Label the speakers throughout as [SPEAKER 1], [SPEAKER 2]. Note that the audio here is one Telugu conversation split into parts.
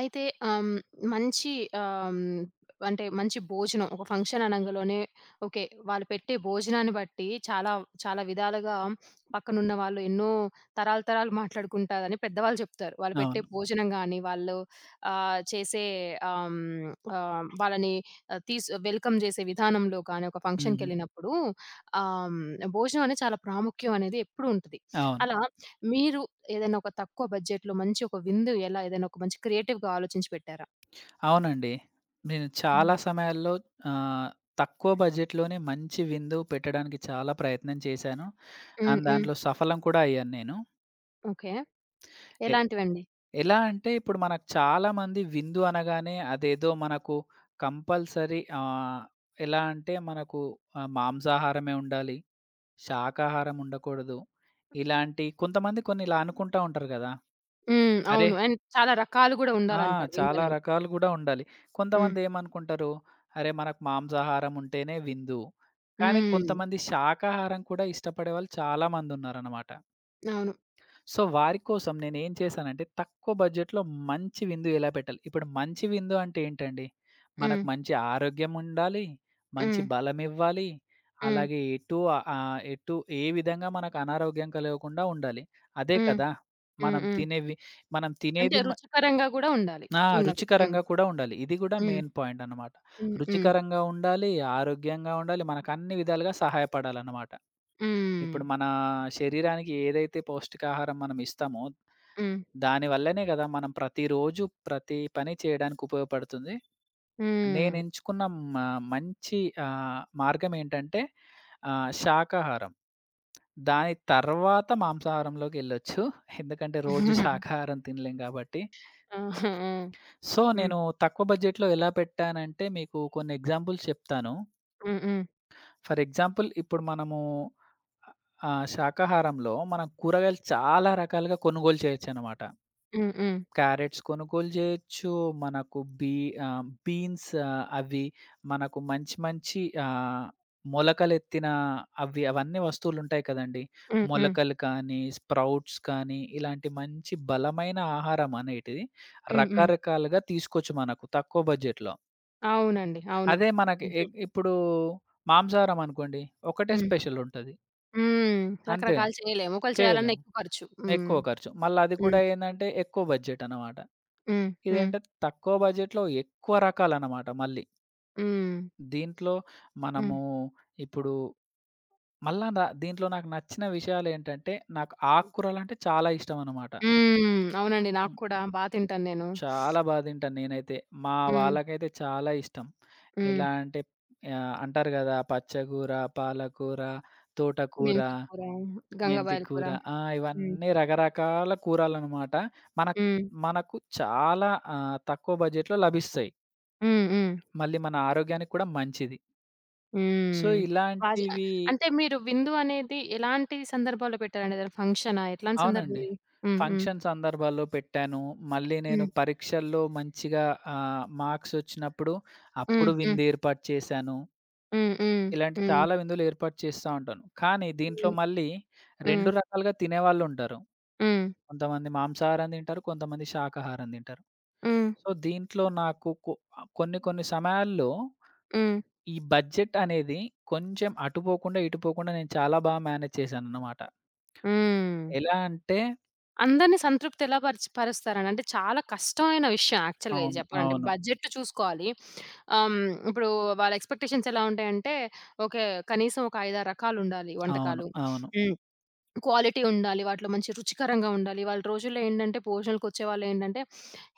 [SPEAKER 1] అయితే ఆహ్, హ్మ్. మంచి ఆహ్, హ్మ్. అంటే మంచి భోజనం ఒక ఫంక్షన్ అనంగలోనే ఓకే. వాళ్ళు పెట్టే భోజనాన్ని బట్టి చాలా, చాలా విధాలుగా పక్కనున్న వాళ్ళు ఎన్నో తరాలు, తరాలు మాట్లాడుకుంటారని పెద్దవాళ్ళు చెప్తారు. వాళ్ళు పెట్టే
[SPEAKER 2] అవును.
[SPEAKER 1] భోజనం గాని, వాళ్ళు చేసే ఆహ్, హ్మ్. వాళ్ళని తీస్ వెల్కమ్ చేసే విధానంలో కానీ, ఒక
[SPEAKER 2] హుహు.
[SPEAKER 1] ఫంక్షన్‌కెళ్ళినప్పుడు ఆహ్, హ్మ్. భోజనం అనేది చాలా ప్రాముఖ్యం అనేది ఎప్పుడూ ఉంటది.
[SPEAKER 2] అవును.
[SPEAKER 1] అలా మీరు ఏదైనా ఒక తక్కువ బడ్జెట్‌లో మంచి ఒక విందు ఎలా ఏదైనా ఒక మంచి క్రియేటివ్‌గా ఆలోచించి పెట్టారా?
[SPEAKER 2] అవునండి. నేను
[SPEAKER 1] హ్మ్.
[SPEAKER 2] చాలా సమయాల్లో ఆహ్, తక్కువ బడ్జెట్‌లోనే మంచి విందు పెట్టడానికి చాలా ప్రయత్నం చేశాను.
[SPEAKER 1] హ్మ్.
[SPEAKER 2] అండ్
[SPEAKER 1] హ్మ్.
[SPEAKER 2] దాంట్లో సఫలం కూడా అయ్యాను నేను.
[SPEAKER 1] ఓకే.
[SPEAKER 2] ఎ
[SPEAKER 1] ఎలాంటివండి?
[SPEAKER 2] ఎలా అంటే ఇప్పుడు మనకు చాలామంది విందు అనగానే అదేదో మనకు కంపల్సరీ ఎలా అంటే మనకు మాంసాహారమే ఉండాలి, శాకాహారం ఉండకూడదు. ఇలాంటి కొంతమంది కొన్ని ఇలా అనుకుంటా ఉంటారు గదా!
[SPEAKER 1] హ్మ్.
[SPEAKER 2] అరే!
[SPEAKER 1] అవును. అండ్ చాలా రకాలు గూడా
[SPEAKER 2] ఆ!
[SPEAKER 1] ఉండాలంటారు
[SPEAKER 2] చాలా
[SPEAKER 1] విందనేవి.
[SPEAKER 2] రకాలు గూడా ఉండాలి.
[SPEAKER 1] హ్మ్.
[SPEAKER 2] కొంతమందేమనుకుంటారు, అరే! మనకు మాంసాహారం ఉంటేనే విందు. కానీ
[SPEAKER 1] హ్మ్.
[SPEAKER 2] కొంతమంది శాకాహారం కూడా ఇష్టపడే వాళ్ళు చాలా మందున్నారనమాట.
[SPEAKER 1] అవును.
[SPEAKER 2] సో, వారి కోసం నేనేం చేశానంటే, తక్కువ బడ్జెట్‌లో మంచి విందు ఎలా పెట్టాలి? ఇప్పుడు మంచి విందు అంటే ఏంటండి?
[SPEAKER 1] హ్మ్.
[SPEAKER 2] మనకు మంచి ఆరోగ్యం ఉండాలి, మంచి
[SPEAKER 1] హ్మ్.
[SPEAKER 2] బలమివ్వాలి,
[SPEAKER 1] హ్మ్.
[SPEAKER 2] అలాగే ఎటు ఏ విధంగా మనకు అనారోగ్యం కలగకుండా ఉండాలి. అదే
[SPEAKER 1] హ్మ్.
[SPEAKER 2] కదా!
[SPEAKER 1] హ్మ్.
[SPEAKER 2] మనం
[SPEAKER 1] హ్మ్.
[SPEAKER 2] తినేవి మనం
[SPEAKER 1] అంటే
[SPEAKER 2] తినేది
[SPEAKER 1] రుచికరంగా గూడా ఉండాలి.
[SPEAKER 2] ఆ!
[SPEAKER 1] ఉన్నవి. హ్మ్.
[SPEAKER 2] రుచికరంగా కూడా ఉండాలి. ఇది గూడా
[SPEAKER 1] హ్మ్.
[SPEAKER 2] మెయిన్ పాయింటనమాట.
[SPEAKER 1] హ్మ్. హ్మ్.
[SPEAKER 2] రుచికరంగా ఉండాలి, ఆరోగ్యంగా ఉండాలి, మనకన్ని విధాలుగా సహాయపడాలనమాట.
[SPEAKER 1] హ్మ్.
[SPEAKER 2] ఇప్పుడు శరీరానికి ఏదైతే పౌష్టికాహారం మనం ఇస్తామో,
[SPEAKER 1] హ్మ్.
[SPEAKER 2] దాని వల్లనే గదా మనం ప్రతిరోజు ప్రతి పని చేయడానికి ఉపయోగపడుతుంది.
[SPEAKER 1] హ్మ్.
[SPEAKER 2] నేనెంచుకున్న మ మంచి మార్గమేంటంటే శాకాహారం. దాని తర్వాత మాంసాహారంలోకెళ్ళొచ్చు. ఎందుకంటే రోజు శాకాహారం తినలేం గాబట్టి.
[SPEAKER 1] ఆహా! ఆ!
[SPEAKER 2] సో,
[SPEAKER 1] హ్మ్.
[SPEAKER 2] నేను తక్కువ బడ్జెట్‌లో ఎలా పెట్టానంటే, మీకు కొన్ని ఎగ్జాంపుల్స్ చెప్తాను.
[SPEAKER 1] హ్మ్. హ్మ్.
[SPEAKER 2] ఫర్ ఎగ్జాంపుల్ ఇప్పుడు మనము శాకాహారంలో మనం కూరగాయలు చాలా రకాలుగా కొనుగోలు చేయొచ్చనమాట.
[SPEAKER 1] హ్మ్. హ్మ్.
[SPEAKER 2] క్యారెట్స్ కొనుగోలు చేయొచ్చు. మనకు బీన్స్ అవి మనకు మంచి మంచి మొలకలెత్తిన అవన్నీ వస్తువులుంటాయి కదండీ.
[SPEAKER 1] హ్మ్. హ్మ్.
[SPEAKER 2] మొలకలు కానీ, స్ప్రౌట్స్ కానీ ఇలాంటి మంచి బలమైన ఆహారం అనేటిది
[SPEAKER 1] హ్మ్. హ్మ్.
[SPEAKER 2] రకరకాలుగా తీసుకోవచ్చు మనకు తక్కువ బడ్జెట్‌లో.
[SPEAKER 1] అవునండి. అవును.
[SPEAKER 2] అదే మనకి
[SPEAKER 1] నిజం.
[SPEAKER 2] ఇప్పుడు మాంసాహారం అనుకోండి. ఒకటే
[SPEAKER 1] హ్మ్.
[SPEAKER 2] స్పెషల్ ఉంటది.
[SPEAKER 1] హ్మ్.
[SPEAKER 2] అంతే కదా!
[SPEAKER 1] రకరకాలు చేయలేము. ఒకళ్ళు చేయాలన్నా
[SPEAKER 2] చేయలేము.
[SPEAKER 1] ఎక్కువ ఖర్చు.
[SPEAKER 2] ఎక్కువ
[SPEAKER 1] హ్మ్.
[SPEAKER 2] ఖర్చు. మళ్ళా అది కూడా
[SPEAKER 1] హ్మ్.
[SPEAKER 2] ఏందంటే ఎక్కువ బడ్జెట్ అనమాట.
[SPEAKER 1] హ్మ్. హ్మ్.
[SPEAKER 2] ఇదేంటంటే తక్కువ బడ్జెట్‌లో ఎక్కువ రకాలనమాట మళ్ళీ.
[SPEAKER 1] హ్మ్.
[SPEAKER 2] దీంట్లో మనము
[SPEAKER 1] హ్మ్.
[SPEAKER 2] ఇప్పుడు మళ్ళా దీంట్లో నాకు నచ్చిన విషయాలేంటంటే నాకు ఆకుకూరలంటే చాలా ఇష్టమనమాట.
[SPEAKER 1] హ్మ్. అవునండి. నాకు
[SPEAKER 2] హ్మ్.
[SPEAKER 1] కూడా బా తింటాను నేను.
[SPEAKER 2] చాలా బా తింటాను నేనైతే. మా
[SPEAKER 1] హ్మ్.
[SPEAKER 2] వాళ్ళకైతే చాలా ఇష్టం.
[SPEAKER 1] హ్మ్.
[SPEAKER 2] ఎలా అంటే అంటారు కదా! పచ్చగూర, పాలకూర, తోటకూర
[SPEAKER 1] మెంతి కూర,
[SPEAKER 2] మెంతి
[SPEAKER 1] గంగబాయల కూర.
[SPEAKER 2] కూర. ఆ!
[SPEAKER 1] హ్మ్.
[SPEAKER 2] ఇవన్నీ రకరకాల కూరలనమాట. మన
[SPEAKER 1] హ్మ్.
[SPEAKER 2] మనకు చాలా తక్కువ బడ్జెట్‌లో లభిస్తాయి.
[SPEAKER 1] హ్మ్. హ్మ్.
[SPEAKER 2] మళ్ళీ మన ఆరోగ్యానికి కూడా మంచిది. సో,
[SPEAKER 1] హ్మ్. బాజ
[SPEAKER 2] ఇలాంటివి
[SPEAKER 1] అంటే మీరు విందు అనేది ఎలాంటి సందర్భాల్లో పెట్టారండి? ఏదైనా ఫంక్షనా? ఎట్లాంటి సందర్భం
[SPEAKER 2] అవునండి.
[SPEAKER 1] ఇది? హ్మ్. హ్మ్.
[SPEAKER 2] ఫంక్షన్ సందర్భాల్లో పెట్టాను. మళ్ళీ నేను
[SPEAKER 1] హ్మ్.
[SPEAKER 2] పరీక్షల్లో మంచిగా మార్క్స్ వచ్చినప్పుడు
[SPEAKER 1] హ్మ్.
[SPEAKER 2] అప్పుడు
[SPEAKER 1] హ్మ్.
[SPEAKER 2] విందు ఏర్పాటు చేశాను.
[SPEAKER 1] హ్మ్.
[SPEAKER 2] ఇలాంటి
[SPEAKER 1] హ్మ్.
[SPEAKER 2] చాలా విందులు ఏర్పాటు చేస్తా ఉంటాను. కానీ దీంట్లో
[SPEAKER 1] హ్మ్. హ్మ్.
[SPEAKER 2] మళ్ళీ
[SPEAKER 1] హ్మ్.
[SPEAKER 2] 2 రకాలుగా తినేవాళ్ళుంటారు.
[SPEAKER 1] హ్మ్.
[SPEAKER 2] కొంతమంది మాంసాహారం తింటారు. కొంతమంది శాకాహారం తింటారు.
[SPEAKER 1] హ్మ్.
[SPEAKER 2] సో, దీంట్లో నాకు కొన్ని కొన్ని సమయాల్లో
[SPEAKER 1] హ్మ్.
[SPEAKER 2] ఈ బడ్జెట్ అనేది కొంచెం అటు పోకుండా, ఇటు పోకుండా నేను చాలా బాగా మేనేజ్ చేశానన్నమాట.
[SPEAKER 1] హ్మ్.
[SPEAKER 2] ఎలా అంటే
[SPEAKER 1] అందరిని సంతృప్తి ఎలా పరిచి పరుస్తారని అంటే చాలా కష్టమైన విషయం యాక్చువల్‌గా ఇది
[SPEAKER 2] అవును.
[SPEAKER 1] చెప్పాలంటే.
[SPEAKER 2] అవును.
[SPEAKER 1] బడ్జెట్ చూసుకోవాలి. ఆహ్, హ్మ్. ఇప్పుడు వాళ్ళ ఎక్స్‌పెక్టేషన్స్ ఎలా ఉంటాయంటే, ఓకే. కనీసం ఒక 5, 6 రకాలుండాలి
[SPEAKER 2] అవును.
[SPEAKER 1] వంటకాలు.
[SPEAKER 2] అవును.
[SPEAKER 1] హ్మ్. క్వాలిటీ ఉండాలి. వాటిలో మంచి రుచికరంగా ఉండాలి. వాళ్ళ రోజుల్లో ఏంటంటే భోజనాలకొచ్చే వాళ్ళేంటంటే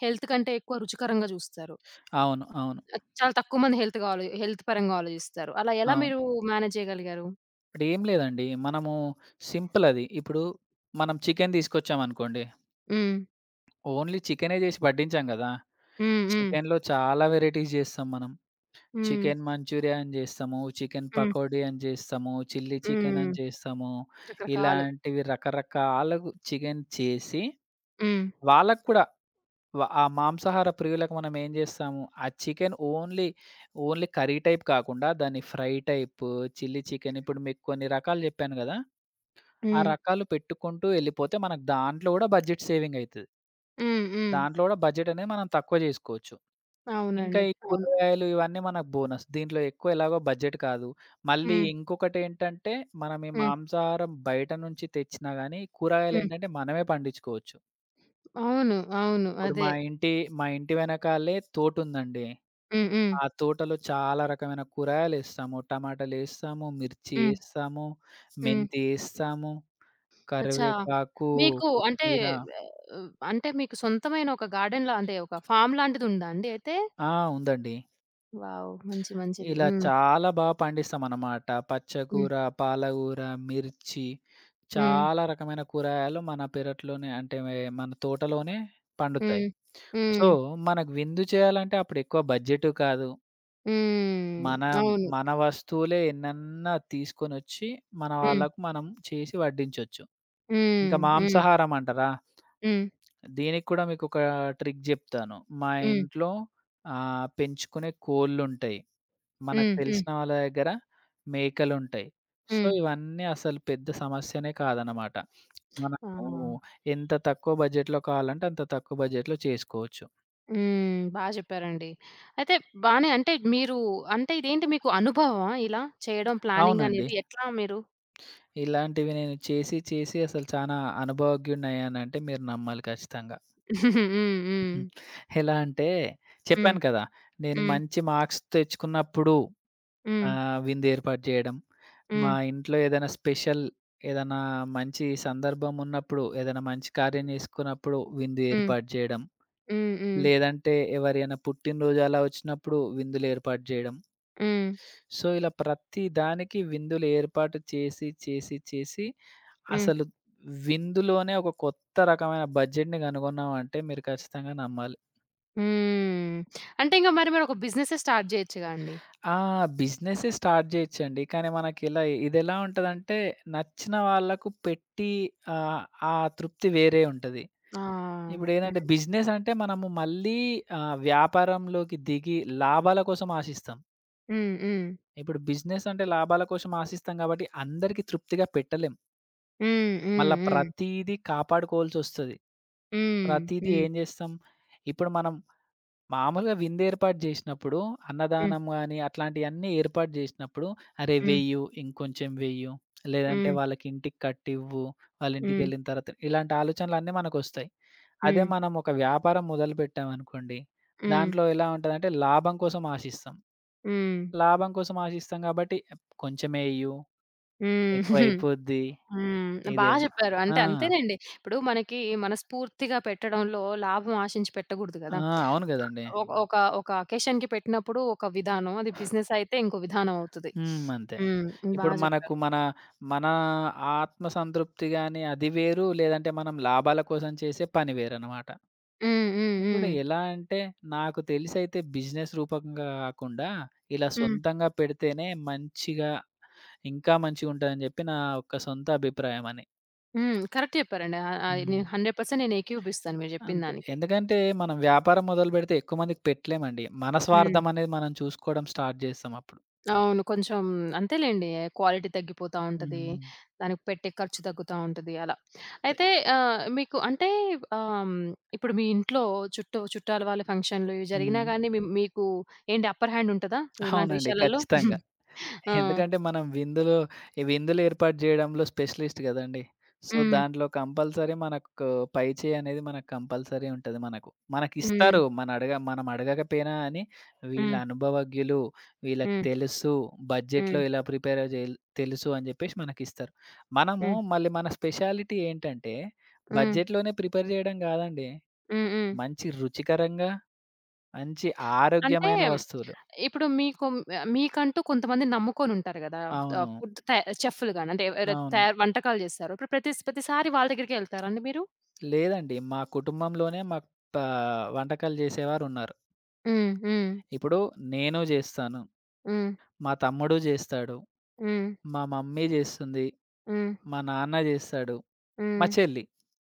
[SPEAKER 1] హెల్త్ కంటే ఎక్కువ రుచికరంగా చూస్తారు.
[SPEAKER 2] అవును. అవును.
[SPEAKER 1] ఆహ్, చాలా తక్కువ మంది హెల్త్ పరంగా ఆలోచిస్తారు. అలా ఎలా
[SPEAKER 2] అవును.
[SPEAKER 1] మీరు మేనేజ్ చేయగలిగారు?
[SPEAKER 2] ఇప్పుడేం లేదండి. మనము సింపుల్ అది. ఇప్పుడు మనం చికెన్ తీసుకొచ్చామనుకోండి.
[SPEAKER 1] హ్మ్.
[SPEAKER 2] ఓన్లీ చికెనే చేసి వడ్డించాం కదా!
[SPEAKER 1] హ్మ్. హ్మ్.
[SPEAKER 2] చికెన్‌లో చాలా వెరైటీస్ చేస్తాం మనం.
[SPEAKER 1] హ్మ్.
[SPEAKER 2] చికెన్ మంచూరియా అని జేస్తాము, చికెన్
[SPEAKER 1] హ్మ్.
[SPEAKER 2] పకోడీ అని జేస్తాము, చిల్లీ చికెన్
[SPEAKER 1] హ్మ్.
[SPEAKER 2] అని జేస్తాము.
[SPEAKER 1] రకరకాలు.
[SPEAKER 2] ఇలాంటివి రకరకాలుగు చికెన్ చేసి
[SPEAKER 1] హ్మ్.
[SPEAKER 2] వాళ్ళకి కూడా ఆ మాంసాహార ప్రియులకు మనం ఏం జేస్తాము, ఆ chicken only, only curry type కాకుండా దాన్ని ఫ్రై టైప్, చిల్లీ చికెన్ ఇప్పుడు మీకు కొన్ని రకాలు జెప్పాను గదా! ఆ
[SPEAKER 1] హ్మ్.
[SPEAKER 2] రకాలు పెట్టుకుంటూ ఎళ్ళిపోతే మనకు దాంట్లో గూడా బడ్జెట్ సేవింగ్ అయితది.
[SPEAKER 1] హ్మ్. హ్మ్.
[SPEAKER 2] దాంట్లో గూడా బడ్జెట్ అనేది మనం తక్కువ జేసుకోవచ్చు. ఇంకా
[SPEAKER 1] అవునండి.
[SPEAKER 2] ఈ
[SPEAKER 1] అవును.
[SPEAKER 2] కూరగాయలు ఇవన్నీ మనకు బోనస్. దీంట్లో ఎక్కువ ఎలాగో బడ్జెట్ కాదు. మళ్ళీ
[SPEAKER 1] హ్మ్.
[SPEAKER 2] ఇంకొకటేంటంటే, మనం ఈ
[SPEAKER 1] హ్మ్.
[SPEAKER 2] మాంసాహారం బయట నుంచి తెచ్చినా గానీ,
[SPEAKER 1] హ్మ్.
[SPEAKER 2] కూరగాయలేంటంటే మనమే పండించుకోవచ్చు.
[SPEAKER 1] అవును. అవును.
[SPEAKER 2] ఇప్పుడు
[SPEAKER 1] అదే.
[SPEAKER 2] మా ఇంటి వెనకాలే తోటుందండి.
[SPEAKER 1] హ్మ్. హ్మ్.
[SPEAKER 2] ఆ తోటలో చాలా రకమైన కూరగాయలేస్తాము. టమాటాలేస్తాము, మిర్చి
[SPEAKER 1] హ్మ్.
[SPEAKER 2] ఏస్తాము,
[SPEAKER 1] హ్మ్.
[SPEAKER 2] మెంతి ఏస్తాము,
[SPEAKER 1] అచ్చా!
[SPEAKER 2] కరివేపాకు,
[SPEAKER 1] మీకు అంటే
[SPEAKER 2] కొత్తిమీర
[SPEAKER 1] అంటే మీకు సొంతమైన ఒక గార్డెన్‌లా అంటే ఒక ఫార్మ్ లాంటిదుందా అండి అయితే?
[SPEAKER 2] ఆ! ఉందండి.
[SPEAKER 1] వావ్! మంచి మంచిది.
[SPEAKER 2] ఇలా
[SPEAKER 1] హ్మ్.
[SPEAKER 2] చాలా బా పండిస్తామనమాట.
[SPEAKER 1] హ్మ్.
[SPEAKER 2] పచ్చకూర, పాలకూర, మిర్చి.
[SPEAKER 1] హ్మ్.
[SPEAKER 2] చాలా రకమైన కూరగాయలు మన పెరట్లోనే అంటే మన తోటలోనే పండుతాయి.
[SPEAKER 1] హ్మ్.
[SPEAKER 2] సో,
[SPEAKER 1] హ్మ్.
[SPEAKER 2] మనకు విందు చేయాలంటే అప్పుడు ఎక్కువ బడ్జెట్ కాదు.
[SPEAKER 1] హ్మ్.
[SPEAKER 2] మన
[SPEAKER 1] అవును.
[SPEAKER 2] మన వస్తువులే ఎన్నన్నా తీసుకొనొచ్చి మన
[SPEAKER 1] హ్మ్.
[SPEAKER 2] వాళ్ళకు మనం చేసి వడ్డించొచ్చు. ఇంకా
[SPEAKER 1] హ్మ్. హ్మ్.
[SPEAKER 2] మాంసాహారం అంటారా?
[SPEAKER 1] హ్మ్.
[SPEAKER 2] దీనికి కూడా మీకొక ట్రిక్ జెప్తాను. మా
[SPEAKER 1] హ్మ్.
[SPEAKER 2] ఇంట్లో పెంచుకునే కోళ్ళుంటాయి.
[SPEAKER 1] హ్మ్.
[SPEAKER 2] మనకు
[SPEAKER 1] హ్మ్. హ్మ్.
[SPEAKER 2] తెలిసిన వాళ్ళ దగ్గర మేకలుంటాయి. సో,
[SPEAKER 1] హ్మ్.
[SPEAKER 2] ఇవన్నీ అసలు పెద్ద సమస్యనే కాదనమాట.
[SPEAKER 1] ఆ!
[SPEAKER 2] మనము ఎంత తక్కువ బడ్జెట్‌లో కావాలంటే అంత తక్కువ బడ్జెట్‌లో చేసుకోవచ్చు.
[SPEAKER 1] హ్మ్. బా జెప్పారండి. అయితే బానే అంటే మీరు అంటే ఇదేంటి మీకు అనుభవమా ఇలా చేయడం ప్లానింగ్
[SPEAKER 2] అవునండి.
[SPEAKER 1] అనేది? ఎట్లా మీరు
[SPEAKER 2] ఇలాంటివి నేను చేసి, చేసి అసలు చానా అనుభవజ్ఞుడినయ్యానంటే మీరు నమ్మాలి ఖచ్చితంగా.
[SPEAKER 1] హ్మ్. హ్మ్.
[SPEAKER 2] హ్మ్. ఎలా అంటే
[SPEAKER 1] హ్మ్.
[SPEAKER 2] చెప్పాను కదా! నేను
[SPEAKER 1] హ్మ్.
[SPEAKER 2] మంచి మార్క్స్ తెచ్చుకున్నప్పుడు ఆ!
[SPEAKER 1] హ్మ్.
[SPEAKER 2] విందేర్పాటు జేయడం. మా
[SPEAKER 1] హ్మ్.
[SPEAKER 2] ఇంట్లో ఏదైనా స్పెషల్ ఏదైనా మంచి సందర్భం ఉన్నప్పుడు, ఏదైనా మంచి కార్యం జేసుకున్నప్పుడు విందు
[SPEAKER 1] హ్మ్.
[SPEAKER 2] ఏర్పాటు జేయడం.
[SPEAKER 1] హ్మ్. హ్మ్.
[SPEAKER 2] లేదంటే ఎవరైనా పుట్టినరోజు అలా వచ్చినప్పుడు విందులేర్పాటు జేయడం.
[SPEAKER 1] హ్మ్.
[SPEAKER 2] సో, ఇలా ప్రతి దానికి విందులు ఏర్పాటు చేసి, చేసి, చేసి
[SPEAKER 1] హ్మ్.
[SPEAKER 2] అసలు విందులోనే ఒక కొత్త రకమైన బడ్జెట్‌ని గనుగొన్నామంటే మీరు ఖచ్చితంగా నమ్మాలి.
[SPEAKER 1] హ్మ్. అంటే ఇంక మరి మీరొక బిజినెస్సే స్టార్ట్ జేయొచ్చుగా అండి.
[SPEAKER 2] ఆ! బిజినెసే స్టార్ట్ జేయొచ్చండి. కానీ మనకిలా ఇదెలా ఉంటదంటే, నచ్చిన వాళ్ళకు పెట్టి ఆహ్, ఆ తృప్తి వేరే ఉంటది.
[SPEAKER 1] ఆ!
[SPEAKER 2] ఇప్పుడేందంటే,
[SPEAKER 1] హ్మ్.
[SPEAKER 2] బిజినెస్ అంటే మనము మళ్ళీ వ్యాపారంలోకి దిగి లాభాల కోసం ఆశిస్తాం.
[SPEAKER 1] హ్మ్.
[SPEAKER 2] ఇప్పుడు బిజినెస్ అంటే లాభాల కోసం ఆశిస్తాం గాబట్టి, అందరికీ తృప్తిగా పెట్టలేం.
[SPEAKER 1] హ్మ్. హ్మ్.
[SPEAKER 2] మళ్ళా
[SPEAKER 1] హ్మ్.
[SPEAKER 2] ప్రతీదీ కాపాడుకోవాల్సొస్తది.
[SPEAKER 1] హ్మ్.
[SPEAKER 2] ప్రతీదీ
[SPEAKER 1] హ్మ్.
[SPEAKER 2] ఏం జేస్తాం, ఇప్పుడు మనం మామూలుగా విందేర్పాటు జేసినప్పుడు,
[SPEAKER 1] హ్మ్.
[SPEAKER 2] అన్నదానం గాని అట్లాంటియన్నీ ఏర్పాటు జేసినప్పుడు, అరే!
[SPEAKER 1] హ్మ్.
[SPEAKER 2] వెయ్యు, ఇంకొంచెం వెయ్యు, లేదంటే
[SPEAKER 1] హ్మ్.
[SPEAKER 2] వాళ్ళకింటికి కట్టివ్వు,
[SPEAKER 1] హ్మ్.
[SPEAKER 2] వాళ్ళింటికెళ్ళిన తర్వాత ఇలాంటి ఆలోచనలన్నీ మనకొస్తాయి.
[SPEAKER 1] హ్మ్.
[SPEAKER 2] అదే
[SPEAKER 1] హ్మ్.
[SPEAKER 2] మనం ఒక వ్యాపారం మొదలుపెట్టామనుకోండి,
[SPEAKER 1] హ్మ్.
[SPEAKER 2] దాంట్లో ఎలా ఉంటదంటే లాభం కోసం ఆశిస్తాం.
[SPEAKER 1] హ్మ్.
[SPEAKER 2] లాభం కోసం ఆశిస్తాం గాబట్టి కొంచెమే ఎయ్యు,
[SPEAKER 1] హ్మ్. హ్మ్.
[SPEAKER 2] ఎక్కువైపోద్ది,
[SPEAKER 1] హ్మ్. బా
[SPEAKER 2] ఇదేవ్
[SPEAKER 1] జెప్పారు.
[SPEAKER 2] ఆ!
[SPEAKER 1] అంటే అంతేనండి. ఇప్పుడు మనకి మనస్ఫూర్తిగా పెట్టడంలో లాభం ఆశించి పెట్టగూడదు గదా!
[SPEAKER 2] ఆ! అవును గదండీ.
[SPEAKER 1] ఒక ఒక ఒక అకేషన్‌కి పెట్టినప్పుడు ఒక విధానం. అది బిజినెస్ అయితే ఇంకో విధానం అవుతది.
[SPEAKER 2] హ్మ్. అంతే.
[SPEAKER 1] హ్మ్. బా
[SPEAKER 2] ఇప్పుడు మనకు
[SPEAKER 1] జెప్పారు.
[SPEAKER 2] మన ఆత్మ సంతృప్తి గాని అది వేరు. లేదంటే మనం లాభాల కోసం చేసే పని వేరనమాట.
[SPEAKER 1] హ్మ్. హ్మ్.
[SPEAKER 2] ఇప్పుడు
[SPEAKER 1] హ్మ్.
[SPEAKER 2] ఎలా అంటే నాకు తెలిసైతే బిజినెస్ రూపకంగా కాకుండా ఇలా
[SPEAKER 1] హ్మ్.
[SPEAKER 2] సొంతంగా పెడితేనే మంచిగా ఇంకా మంచిగుంటదని జెప్పి నా యొక్క సొంత అభిప్రాయమని.
[SPEAKER 1] హ్మ్. కరెక్ట్ జెప్పారండి. ఆహ్, ఆహ్,
[SPEAKER 2] హ్మ్.
[SPEAKER 1] నేను 100% నేను ఏకీభవిస్తాను మీరు
[SPEAKER 2] అంతే.
[SPEAKER 1] జెప్పినదానికి.
[SPEAKER 2] ఎందుకంటే మనం వ్యాపారం మొదలుపెడితే ఎక్కువ మందికి పెట్టలేమండి. మన
[SPEAKER 1] హ్మ్.
[SPEAKER 2] స్వార్థం అనేది మనం చూసుకోవడం స్టార్ట్ జేస్తాం అప్పుడు.
[SPEAKER 1] అవును. కొంచెం అంతేలెండి. క్వాలిటీ తగ్గిపోతా ఉంటది.
[SPEAKER 2] హ్మ్.
[SPEAKER 1] దానికి పెట్టే ఖర్చు తగ్గుతా ఉంటది అలా.
[SPEAKER 2] అంతే.
[SPEAKER 1] అయితే ఆహ్, మీకు అంటే ఆహ్, హ్మ్, ఇప్పుడు మీ ఇంట్లో చుట్టూ చుట్టాల వాళ్ళ ఫంక్షన్‌లు ఇవి జరిగినా
[SPEAKER 2] హ్మ్.
[SPEAKER 1] గాని మీకు ఏంటి అప్పర్ హ్యాండ్ ఉంటదా ఇలాంటి
[SPEAKER 2] అవునండి.
[SPEAKER 1] విషయాలలో?
[SPEAKER 2] ఖచ్చితంగా.
[SPEAKER 1] ఆ!
[SPEAKER 2] ఎందుకంటే మనం విందులు ఈ విందులు ఏర్పాటు జేయడంలో స్పెషలిస్ట్ గదండీ. సో,
[SPEAKER 1] హ్మ్.
[SPEAKER 2] దాంట్లో కంపల్సరీ మనకు పై చేయి అనేది మనకు కంపల్సరీ ఉంటది మనకు.
[SPEAKER 1] హ్మ్.
[SPEAKER 2] మనకిస్తారు మనం అడగకపోయినా అని వీళ్ళు
[SPEAKER 1] హ్మ్.
[SPEAKER 2] అనుభవజ్ఞులు, వీళ్ళకి
[SPEAKER 1] హ్మ్.
[SPEAKER 2] తెలుసు
[SPEAKER 1] హ్మ్.
[SPEAKER 2] బడ్జెట్‌లో ఇలా ప్రిపేర్ జేయాలి తెలుసు అని జెప్పేసి మనకిస్తారు.
[SPEAKER 1] హ్మ్.
[SPEAKER 2] మనము
[SPEAKER 1] హ్మ్.
[SPEAKER 2] మళ్ళీ మన స్పెషాలిటీ ఏంటంటే
[SPEAKER 1] హ్మ్.
[SPEAKER 2] బడ్జెట్‌లోనే ప్రిపేర్ జేయడం గాదండి.
[SPEAKER 1] హ్మ్. హ్మ్.
[SPEAKER 2] మంచి రుచికరంగా, మంచి
[SPEAKER 1] అంటే
[SPEAKER 2] ఆరోగ్యమైన వస్తువులు.
[SPEAKER 1] ఇప్పుడు మీకు మీకంటూ కొంతమంది నమ్ముకొనుంటారు గదా! ఆహ్,
[SPEAKER 2] అవును.
[SPEAKER 1] ఫుడ్ త చెఫ్‌లు గాని అంటే ఎవర
[SPEAKER 2] అవును.
[SPEAKER 1] తయారు వంటకాలు జేస్తారో ఇప్పుడు ప్రతిసారి వాళ్ళ దగ్గరికే యెళ్తారండి మీరు?
[SPEAKER 2] లేదండి. మా కుటుంబంలోనే మాకు పా వంటకాలు జేసేవారున్నారు.
[SPEAKER 1] హ్మ్. హ్మ్.
[SPEAKER 2] ఇప్పుడు నేను జేస్తాను.
[SPEAKER 1] హ్మ్.
[SPEAKER 2] మా తమ్ముడు జేస్తాడు.
[SPEAKER 1] హ్మ్.
[SPEAKER 2] మా మమ్మీ జేస్తుంది.
[SPEAKER 1] హ్మ్.
[SPEAKER 2] మా నాన్న జేస్తాడు. మా
[SPEAKER 1] హ్మ్.
[SPEAKER 2] చెల్లి.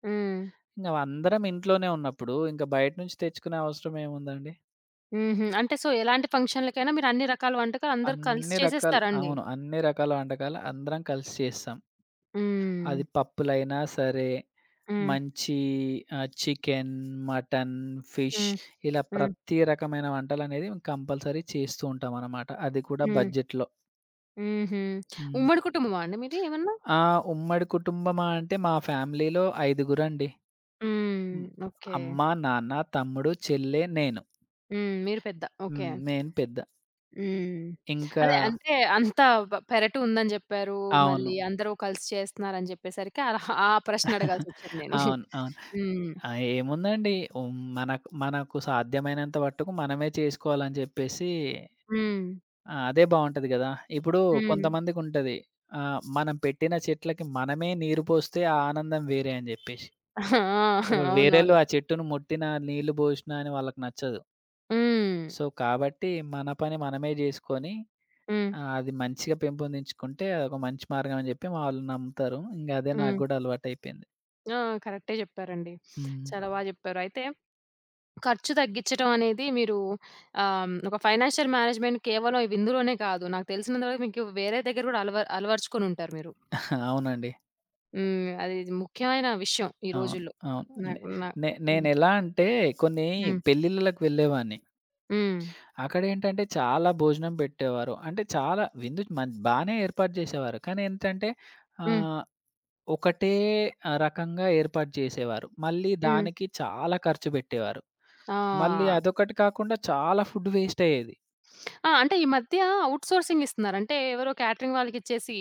[SPEAKER 1] హ్మ్.
[SPEAKER 2] ఇంగ అందరం ఇంట్లోనే ఉన్నప్పుడు ఇంక బయట నుంచి తెచ్చుకునే అవసరం ఏముందండి?
[SPEAKER 1] హుహు. అంటే సో, ఎలాంటి ఫంక్షన్‌లకైనా మీరు అన్ని రకాల వంటకాలు అందరూ కలిసి
[SPEAKER 2] అన్ని రకాలు
[SPEAKER 1] చేసేస్తారండి.
[SPEAKER 2] అవును. అన్ని రకాల వంటకాలు అందరం కలిసి చేస్తాం. అది
[SPEAKER 1] హ్మ్.
[SPEAKER 2] పప్పులైనా సరే,
[SPEAKER 1] హ్మ్.
[SPEAKER 2] మంచి చికెన్, మటన్, ఫిష్
[SPEAKER 1] హ్మ్.
[SPEAKER 2] ఇలా
[SPEAKER 1] హ్మ్.
[SPEAKER 2] ప్రతి రకమైన వంటలనేది కంపల్సరీ చేస్తూ ఉంటామనమాట. అది కూడా
[SPEAKER 1] హ్మ్.
[SPEAKER 2] బడ్జెట్‌లో.
[SPEAKER 1] హుహు.
[SPEAKER 2] హ్మ్.
[SPEAKER 1] ఉమ్మడి కుటుంబమా అండి మీది ఏమన్నా?
[SPEAKER 2] ఆ! ఉమ్మడి కుటుంబమా అంటే మా ఫ్యామిలీలో ఐదుగురండి.
[SPEAKER 1] హ్మ్.
[SPEAKER 2] హ్మ్.
[SPEAKER 1] ఓకే.
[SPEAKER 2] అమ్మ, నాన్న, తమ్ముడు, చెల్లె, నేను.
[SPEAKER 1] హ్మ్. మీరు పెద్ద.
[SPEAKER 2] హ్మ్.
[SPEAKER 1] ఓకే.
[SPEAKER 2] నేను పెద్ద.
[SPEAKER 1] హ్మ్.
[SPEAKER 2] ఇంకా
[SPEAKER 1] అదే అంటే అంత పెరటు ఉందని జెప్పారు.
[SPEAKER 2] అవును.
[SPEAKER 1] మళ్ళీ అందరూ కలిసి చేస్తున్నారని జెప్పేసరికి అలా ఆ ప్రశ్న అడగాల్సొచ్చింది నేను.
[SPEAKER 2] అవును. అవును.
[SPEAKER 1] హ్మ్.
[SPEAKER 2] ఆ! ఏముందండి. హ్మ్. మనకు మనకు సాధ్యమైనంత మట్టుకు మనమే చేసుకోవాలని చెప్పేసి
[SPEAKER 1] హ్మ్.
[SPEAKER 2] ఆ! అదే బావుంటది గదా! ఇప్పుడు
[SPEAKER 1] హ్మ్.
[SPEAKER 2] కొంతమందికుంటది. మనం పెట్టిన చెట్లకి మనమే నీరు పోస్తే ఆ ఆనందం వేరే అని జెప్పేసి.
[SPEAKER 1] ఆ!
[SPEAKER 2] ఇప్పుడు వేరేళ్ళు
[SPEAKER 1] అవునవును.
[SPEAKER 2] ఆ చెట్టును ముట్టినా, నీళ్లు బోషినా అని వాళ్ళకి నచ్చదు.
[SPEAKER 1] హ్మ్.
[SPEAKER 2] సో, కాబట్టి మన పని మనమే జేసుకొని
[SPEAKER 1] హ్మ్.
[SPEAKER 2] అది మంచిగా పెంపొందించుకుంటే అదొక మంచి మార్గం అని జెప్పి వాళ్ళు నమ్ముతారు. ఇంగ అదే నాకు
[SPEAKER 1] హ్మ్.
[SPEAKER 2] గూడా అలవాటయిపోయింది.
[SPEAKER 1] ఆ! కరెక్టే జెప్పారండి.
[SPEAKER 2] హ్మ్.
[SPEAKER 1] చాలా బా జెప్పారు. అయితే ఖర్చు తగ్గించడం అనేది మీరు ఒక ఫైనాన్షియల్ మేనేజ్‌మెంట్ కేవలం ఇందులోనే కాదు. నాకు తెలిసినంత వరకు మీకు వేరే దగ్గర గూడా అలవరుచుకొనుంటారు మీరు.
[SPEAKER 2] అవునండి.
[SPEAKER 1] హ్మ్. అది ముఖ్యమైన విషయం ఈ
[SPEAKER 2] అవును.
[SPEAKER 1] రోజుల్లో.
[SPEAKER 2] అవును. నే
[SPEAKER 1] నాకు నా
[SPEAKER 2] నే
[SPEAKER 1] హ్మ్.
[SPEAKER 2] నేనెలా అంటే కొన్ని
[SPEAKER 1] హ్మ్.
[SPEAKER 2] పెళ్ళిళ్ళకి వెళ్ళేవాడిని.
[SPEAKER 1] హ్మ్.
[SPEAKER 2] అక్కడేంటంటే చాలా భోజనం పెట్టేవారు. అంటే చాలా విందు బానే ఏర్పాటు చేసేవారు. కానీ ఏంటంటే
[SPEAKER 1] హ్మ్.
[SPEAKER 2] ఆహ్, ఒకటే రకంగా ఏర్పాటు చేసేవారు. మళ్ళీ
[SPEAKER 1] హ్మ్.
[SPEAKER 2] దానికి చాలా ఖర్చు పెట్టేవారు.
[SPEAKER 1] ఆ!
[SPEAKER 2] మళ్ళీ అదొకటి కాకుండా చాలా ఫుడ్ వేస్ట్ అయ్యేది.
[SPEAKER 1] ఆ! అంటే ఈ మధ్య ఔట్ సోర్సింగ్ ఇస్తున్నారు. అంటే ఎవరో క్యాటరింగ్ వాళ్ళకిచ్చేసి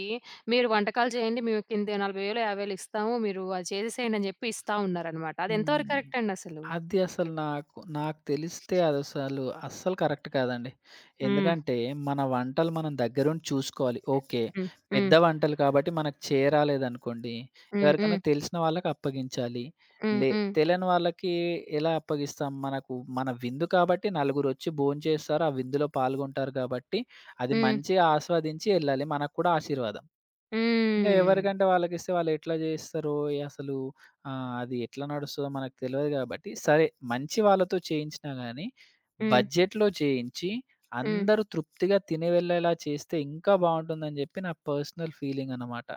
[SPEAKER 1] మీరు వంటకాలు చేయండి. మేము కింద 40,000, 50,000 ఇస్తాము. మీరు అది చేసేసేయండి అని చెప్పి ఇస్తా ఉన్నారనమాట. అది ఎంతవరకు
[SPEAKER 2] హ్మ్.
[SPEAKER 1] కరెక్ట్ అండి అసలు?
[SPEAKER 2] అది అసలు నాకు నాకు తెలిస్తే అదసలు అస్సలు కరెక్ట్ కాదండి.
[SPEAKER 1] హ్మ్.
[SPEAKER 2] ఎందుకంటే, మన వంటలు మనం దగ్గరుండి చూసుకోవాలి. ఓకే.
[SPEAKER 1] హ్మ్. హ్మ్.
[SPEAKER 2] పెద్ద వంటలు కాబట్టి మనకు చేరాలేదనుకోండి,
[SPEAKER 1] హ్మ్. హ్మ్.
[SPEAKER 2] ఎవరికైనా తెలిసిన వాళ్ళకి అప్పగించాలి.
[SPEAKER 1] హ్మ్.
[SPEAKER 2] లే
[SPEAKER 1] హ్మ్.
[SPEAKER 2] తెలియని వాళ్ళకి ఎలా అప్పగిస్తాం? మన విందు కాబట్టి నలుగురొచ్చి భోంచేస్తారు. ఆ విందులో పాల్గొంటారు కాబట్టి, అది
[SPEAKER 1] హ్మ్.
[SPEAKER 2] మంచిగా ఆస్వాదించి ఎళ్ళాలి. మనకు కూడా ఆశీర్వాదం. ఇంగ
[SPEAKER 1] హ్మ్.
[SPEAKER 2] ఎవరికంటే వాళ్ళకిస్తే వాళ్ళెట్లా జేస్తరో అసలు అది ఎట్లా నడుస్తదో మనకు తెలవదు గాబట్టి, సరే మంచి వాళ్ళతో చేయించినా గానీ,
[SPEAKER 1] హ్మ్.
[SPEAKER 2] బడ్జెట్‌లో చేయించి,
[SPEAKER 1] హ్మ్.
[SPEAKER 2] అందరూ తృప్తిగా తిని వెళ్ళేలా చేస్తే ఇంకా బావుంటుందని జెప్పి నా పర్సనల్ ఫీలింగనమాట.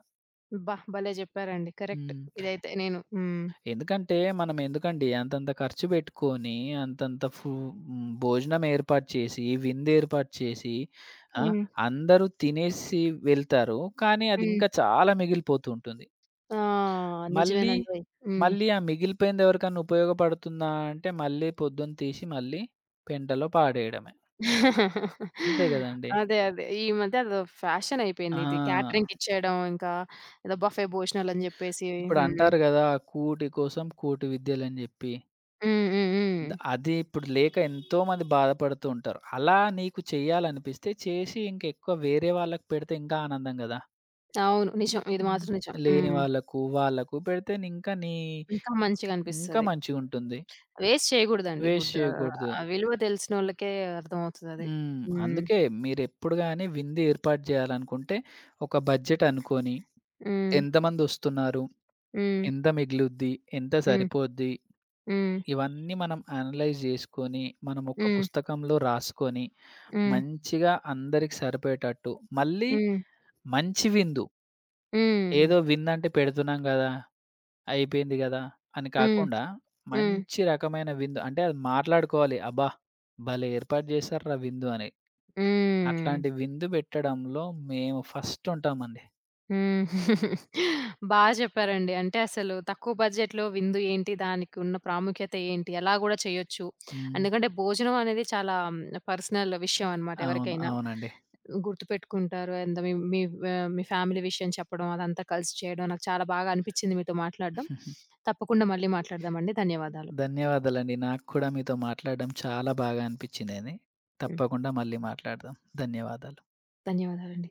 [SPEAKER 1] అబ్బా! భలే చెప్పారండి. కరెక్ట్.
[SPEAKER 2] హ్మ్.
[SPEAKER 1] ఇదైతే నేను. హ్మ్.
[SPEAKER 2] ఎందుకంటే, మనం ఎందుకండి అంతంత ఖర్చు బెట్టుకొని, అంతంత హ్మ్, భోజనం ఏర్పాటు చేసి, విందేర్పాటు చేసి, ఆ!
[SPEAKER 1] హ్మ్.
[SPEAKER 2] అందరూ తినేసి వెళ్తారు. కానీ, అది
[SPEAKER 1] హ్మ్.
[SPEAKER 2] ఇంకా చాలా మిగిలిపోతూ ఉంటుంది.
[SPEAKER 1] ఆ!
[SPEAKER 2] మళ్ళీ,
[SPEAKER 1] నిజమేనండి. హ్మ్.
[SPEAKER 2] మళ్ళీ ఆ మిగిలిపోయింది ఎవరికన్నా ఉపయోగపడుతుందా అంటే, మళ్ళీ పొద్దున తీసి మళ్ళీ పెంటలో పాడేయడమే. అంతే గదండీ!
[SPEAKER 1] అదే. అదే. ఈ మధ్య అదో ఫ్యాషన్ అయిపోయింది ఇది.
[SPEAKER 2] ఆ!
[SPEAKER 1] క్యాటరింగ్‌కిచ్చేయడం ఇంకా ఏదో బఫే భోజనాలు అని జెప్పేసి. హ్మ్.
[SPEAKER 2] ఇప్పుడంటారు గదా! కూటి కోసం కూటి విద్యలని జెప్పి.
[SPEAKER 1] హ్మ్. హ్మ్. హ్మ్.
[SPEAKER 2] అది ఇప్పుడు లేక ఎంతోమంది బాధపడుతూ ఉంటారు. అలా నీకు చేయాలనిపిస్తే చేసి ఇంకెక్కువ వేరే వాళ్ళకి పెడితే ఇంకా ఆనందం గదా!
[SPEAKER 1] అవును. నిజం. ఇది
[SPEAKER 2] హ్మ్.
[SPEAKER 1] మాత్రం నిజం.
[SPEAKER 2] లేని
[SPEAKER 1] హ్మ్.
[SPEAKER 2] వాళ్ళకు, వాళ్ళకు పెడితే ఇంకా నీ
[SPEAKER 1] ఇంకా
[SPEAKER 2] ఇంకా
[SPEAKER 1] మంచిగనిపిస్తది.
[SPEAKER 2] మంచిగుంటుంది.
[SPEAKER 1] వేస్ట్ చేయగూడదండి
[SPEAKER 2] వేస్ట్
[SPEAKER 1] ఫుడ్.
[SPEAKER 2] చేయకూడదు.
[SPEAKER 1] ఆ విలువ తెలిసినోళ్ళకే అర్థమవుతదది.
[SPEAKER 2] హ్మ్.
[SPEAKER 1] హ్మ్.
[SPEAKER 2] అందుకే మీరెప్పుడు గాని విందు ఏర్పాటు జేయాలనుకుంటే, ఒక బడ్జెట్ అనుకోని,
[SPEAKER 1] హ్మ్.
[SPEAKER 2] ఎంతమందొస్తున్నారు?
[SPEAKER 1] హ్మ్.
[SPEAKER 2] ఎంత మిగిలుద్ది? ఎంత సరిపోద్ది?
[SPEAKER 1] హ్మ్.
[SPEAKER 2] ఇవన్నీ మనం అనలైజ్ జేసుకొని, మనం ఒక
[SPEAKER 1] హ్మ్.
[SPEAKER 2] పుస్తకంలో రాసుకొని,
[SPEAKER 1] హ్మ్.
[SPEAKER 2] మంచిగా అందరికి సరిపోయేటట్టు, మళ్ళీ
[SPEAKER 1] హ్మ్.
[SPEAKER 2] మంచి విందు.
[SPEAKER 1] హ్మ్. హ్మ్.
[SPEAKER 2] ఏదో విందంటే పెడుతున్నాం గదా! అయిపోయింది గదా! అని
[SPEAKER 1] హ్మ్.
[SPEAKER 2] కాకుండా,
[SPEAKER 1] హ్మ్.
[SPEAKER 2] మంచి రకమైన విందు. అంటే అది మాట్లాడుకోవాలి. అబ్బా! భలే ఏర్పాటు జేశార్రా విందు అని.
[SPEAKER 1] హ్మ్.
[SPEAKER 2] అట్లాంటి విందు పెట్టడంలో మేము ఫస్ట్ ఉంటామండి.
[SPEAKER 1] హ్మ్. బా జెప్పారండి. అంటే అసలు తక్కువ బడ్జెట్‌లో విందు ఏంటి? దానికి ఉన్న ప్రాముఖ్యత ఏంటి? ఎలా గూడా చేయొచ్చు.
[SPEAKER 2] హ్మ్.
[SPEAKER 1] ఎందుకంటే భోజనం అనేది చాలా పర్సనల్ విషయం అనమాట
[SPEAKER 2] అవును.
[SPEAKER 1] ఎవరికైనా.
[SPEAKER 2] అవునండి.
[SPEAKER 1] గుర్తుపెట్టుకుంటారు. అండ్ మీ మీ ఆహ్, మీ ఫ్యామిలీ విషయం చెప్పడం అదంతా కలిసి చేయడం నాకు చాలా బాగా అనిపిచ్చింది మీతో మాట్లాడడం. తప్పకుండా మళ్ళీ మాట్లాడదామండి. ధన్యవాదాలు.
[SPEAKER 2] ధన్యవాదాలండి. నాకు కూడా మీతో మాట్లాడడం చాలా బాగా అనిపించిందని.
[SPEAKER 1] హ్మ్.
[SPEAKER 2] తప్పకుండా మళ్ళీ మాట్లాడదాం. ధన్యవాదాలు.
[SPEAKER 1] ధన్యవాదాలండి.